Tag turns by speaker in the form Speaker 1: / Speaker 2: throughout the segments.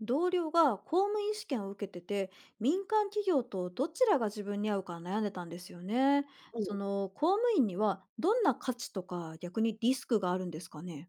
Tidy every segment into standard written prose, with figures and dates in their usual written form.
Speaker 1: 同僚が公務員試験を受けてて民間企業とどちらが自分に合うか悩んでたんですよね。その公務員にはどんな価値とか逆にリスクがあるんですかね。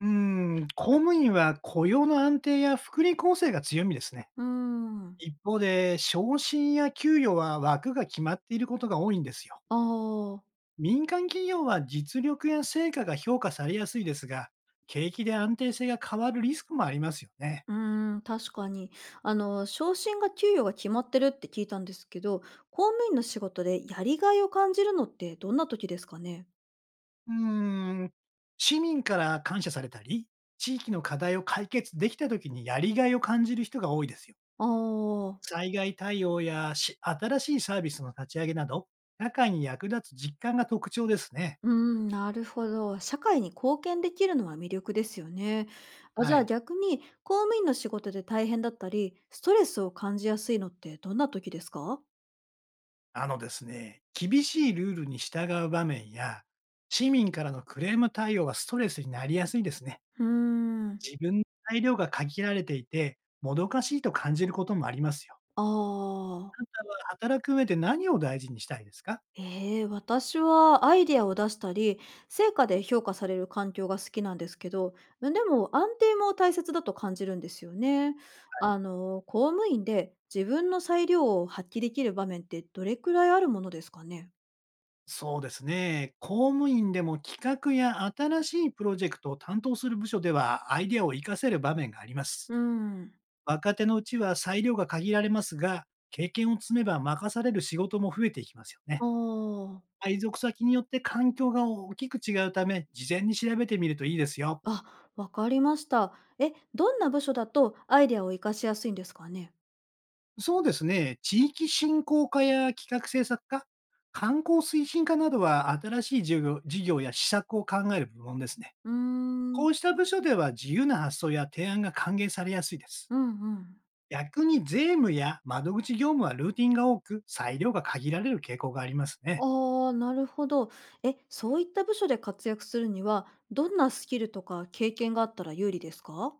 Speaker 2: うん、公務員は雇用の安定や福利厚生が強みですね。
Speaker 1: うーん。
Speaker 2: 一方で、昇進や給与は枠が決まっていることが多いんですよ。
Speaker 1: ああ。
Speaker 2: 民間企業は実力や成果が評価されやすいですが、景気で安定性が変わるリスクもありますよね。
Speaker 1: うーん、確かに昇進が給与が決まってるって聞いたんですけど、公務員の仕事でやりがいを感じるのってどんな時ですかね？
Speaker 2: うーん、市民から感謝されたり、地域の課題を解決できた時にやりがいを感じる人が多いですよ。
Speaker 1: ああー。
Speaker 2: 災害対応やし新しいサービスの立ち上げなど、社会に役立つ実感が特徴ですね。
Speaker 1: うーん、なるほど。社会に貢献できるのは魅力ですよね。あ、じ
Speaker 2: は
Speaker 1: ゃあ
Speaker 2: い。
Speaker 1: 逆に公務員の仕事で大変だったり、ストレスを感じやすいのってどんな時ですか？
Speaker 2: あのですね、厳しいルールに従う場面や、市民からのクレーム対応はストレスになりやすいですね。
Speaker 1: うーん、
Speaker 2: 自分の材料が限られていて、もどかしいと感じることもありますよ。
Speaker 1: ああ、
Speaker 2: あなたは働く上で何を大事にしたいですか？
Speaker 1: ええ、私はアイデアを出したり、成果で評価される環境が好きなんですけど、でも安定も大切だと感じるんですよね。あの、公務員で自分の裁量を発揮できる場面ってどれくらいあるものですかね？
Speaker 2: そうですね。公務員でも企画や新しいプロジェクトを担当する部署ではアイデアを活かせる場面があります。
Speaker 1: うん。
Speaker 2: 若手のうちは裁量が限られますが、経験を積めば任される仕事も増えていきますよね。
Speaker 1: ああ、
Speaker 2: 配属先によって環境が大きく違うため、事前に調べてみるといいですよ。
Speaker 1: あ、わかりました。え、どんな部署だとアイデアを活かしやすいんですかね？
Speaker 2: そうですね。地域振興課や企画制作課、観光推進課などは新しい事業や施策を考える部門ですね。
Speaker 1: うー
Speaker 2: こ
Speaker 1: ん、
Speaker 2: うした部署では自由な発想や提案が歓迎されやすいです。
Speaker 1: うんうん。
Speaker 2: 逆に税務や窓口業務はルーティンが多く、裁量が限られる傾向がありますね。
Speaker 1: ああ、なるほど。え、そういった部署で活躍するには、どんなスキルとか経験があったら有利ですか？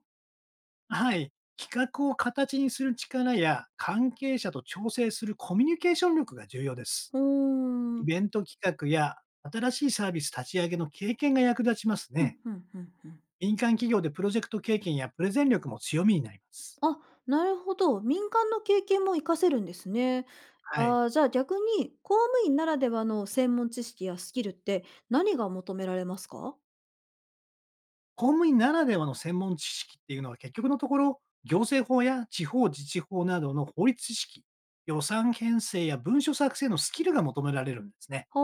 Speaker 2: はい。企画を形にする力や、関係者と調整するコミュニケーション力が重要です。
Speaker 1: うーん、う
Speaker 2: イ
Speaker 1: ん
Speaker 2: ベント企画や、新しいサービス立ち上げの経験が役立ちます
Speaker 1: うん
Speaker 2: ね。
Speaker 1: うんうん。
Speaker 2: 民間企業でプロジェクト経験やプレゼン力も強みになります。
Speaker 1: あ、なるほど。民間の経験も活かせるんですね。
Speaker 2: はい。
Speaker 1: ああ、じゃあ逆に、公務員ならではの専門知識やスキルって何が求められますか？
Speaker 2: 公務員ならではの専門知識っていうのは結局のところ、行政法や地方自治法などの法律知識、予算編成や文書作成のスキルが求められるんですね。
Speaker 1: は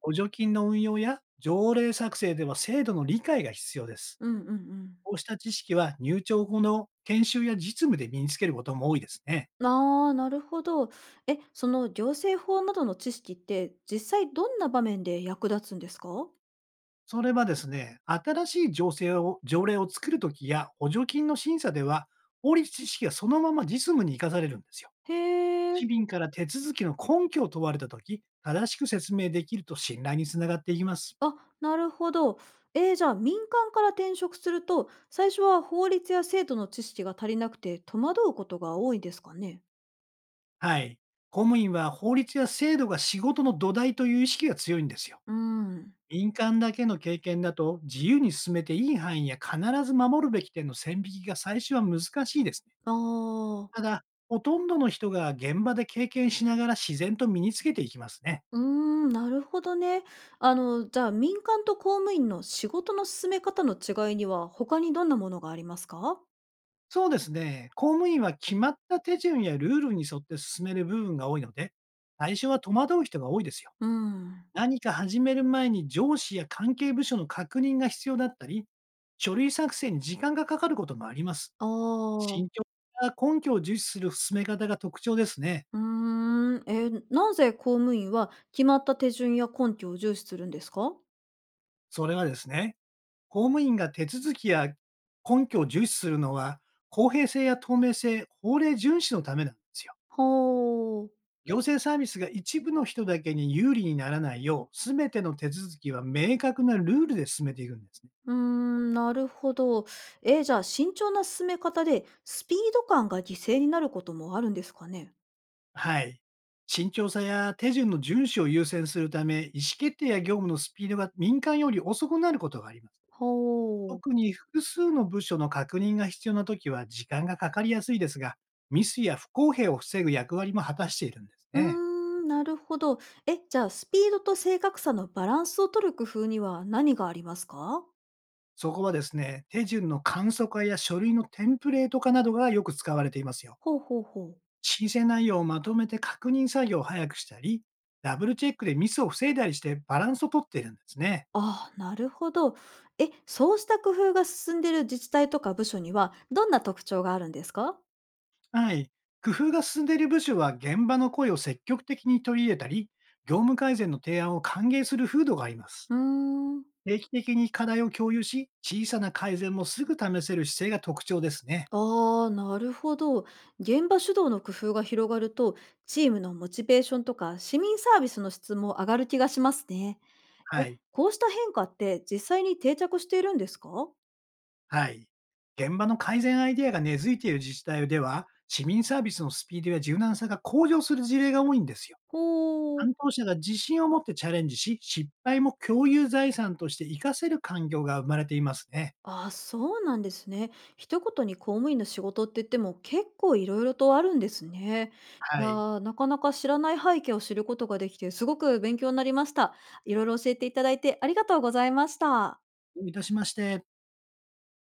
Speaker 2: 補助金の運用や条例作成では制度の理解が必要です。
Speaker 1: うんうんうん。
Speaker 2: こうした知識は入庁後の研修や実務で身につけることも多いですね。
Speaker 1: ああ、なるほど。え、その行政法などの知識って実際どんな場面で役立つんですか？
Speaker 2: それはですね、新しい情勢を条例を作るときや補助金の審査では、法律知識がそのまま実務に生かされるんですよ。
Speaker 1: へ
Speaker 2: 市
Speaker 1: え。
Speaker 2: 民から手続きの根拠を問われたとき、正しく説明できると信頼につながっていきます。
Speaker 1: あ、なるほど。えー、じゃあ民間から転職すると、最初は法律や制度の知識が足りなくて戸惑うことが多いんですかね？
Speaker 2: はい。公務員は法律や制度が仕事の土台という意識が強いんですよ。
Speaker 1: うーん。
Speaker 2: 民間だけの経験だと、自由に進めていい範囲や必ず守るべき点の線引きが最初は難しいですね。
Speaker 1: ああ。
Speaker 2: ただ、ほとんどの人が現場で経験しながら自然と身につけていきますね。
Speaker 1: うーん、なるほどね。あの、じゃあ民間と公務員の仕事の進め方の違いには他にどんなものがありますか？
Speaker 2: そうですね。公務員は決まった手順やルールに沿って進める部分が多いので、最初は戸惑う人が多いですよ。
Speaker 1: うーん。
Speaker 2: 何か始める前に上司や関係部署の確認が必要だったり、書類作成に時間がかかることもあります。
Speaker 1: あ
Speaker 2: 慎
Speaker 1: あ。
Speaker 2: 重な根拠を重視する進め方が特徴ですね。
Speaker 1: うーん、えー、なぜ公務員は決まった手順や根拠を重視するんですか？
Speaker 2: それはですね、公務員が手続きや根拠を重視するのは、公平性や透明性、法令遵守のためなんですよ。
Speaker 1: ほう。
Speaker 2: 行政サービスが一部の人だけに有利にならないよう、すべての手続きは明確なルールで進めていくんですね。
Speaker 1: うーん、なるほど。えー、じゃあ慎重な進め方でスピード感が犠牲になることもあるんですかね？
Speaker 2: はい。慎重さや手順の遵守を優先するため、意思決定や業務のスピードが民間より遅くなることがあります。
Speaker 1: ほう。
Speaker 2: 特に複数の部署の確認が必要なときは時間がかかりやすいですが、ミスや不公平を防ぐ役割も果たしているんです
Speaker 1: うー
Speaker 2: ね。
Speaker 1: ん、なるほど。え、じゃあスピードと正確さのバランスを取る工夫には何がありますか？
Speaker 2: そこはですね、手順の簡素化や書類のテンプレート化などがよく使われていますよ。
Speaker 1: ほうほうほう。
Speaker 2: 申請内容をまとめて確認作業を早くしたり、ダブルチェックでミスを防いだりしてバランスをとっているんですね。
Speaker 1: ああ、なるほど。え、そうした工夫が進んでいる自治体とか部署にはどんな特徴があるんですか？
Speaker 2: はい。工夫が進んでいる部署は現場の声を積極的に取り入れたり、業務改善の提案を歓迎する風土があります。
Speaker 1: うーん。
Speaker 2: 定期的に課題を共有し、小さな改善もすぐ試せる姿勢が特徴ですね。
Speaker 1: ああ、なるほど。現場主導の工夫が広がると、チームのモチベーションとか市民サービスの質も上がる気がしますね。え、
Speaker 2: はい。
Speaker 1: こうした変化って実際に定着しているんですか？
Speaker 2: はい。現場の改善アイデアが根付いている自治体では、市民サービスのスピードや柔軟さが向上する事例が多いんですよ。
Speaker 1: ほう。
Speaker 2: 担当者が自信を持ってチャレンジし、失敗も共有財産として活かせる環境が生まれていますね。
Speaker 1: あ、そうなんですね。一言に公務員の仕事って言っても結構いろいろとあるんですね。い
Speaker 2: は
Speaker 1: や
Speaker 2: い。
Speaker 1: ー、なかなか知らない背景を知ることができて、すごく勉強になりました。いろいろ教えていただいてありがとうございました。
Speaker 2: どういたしまして。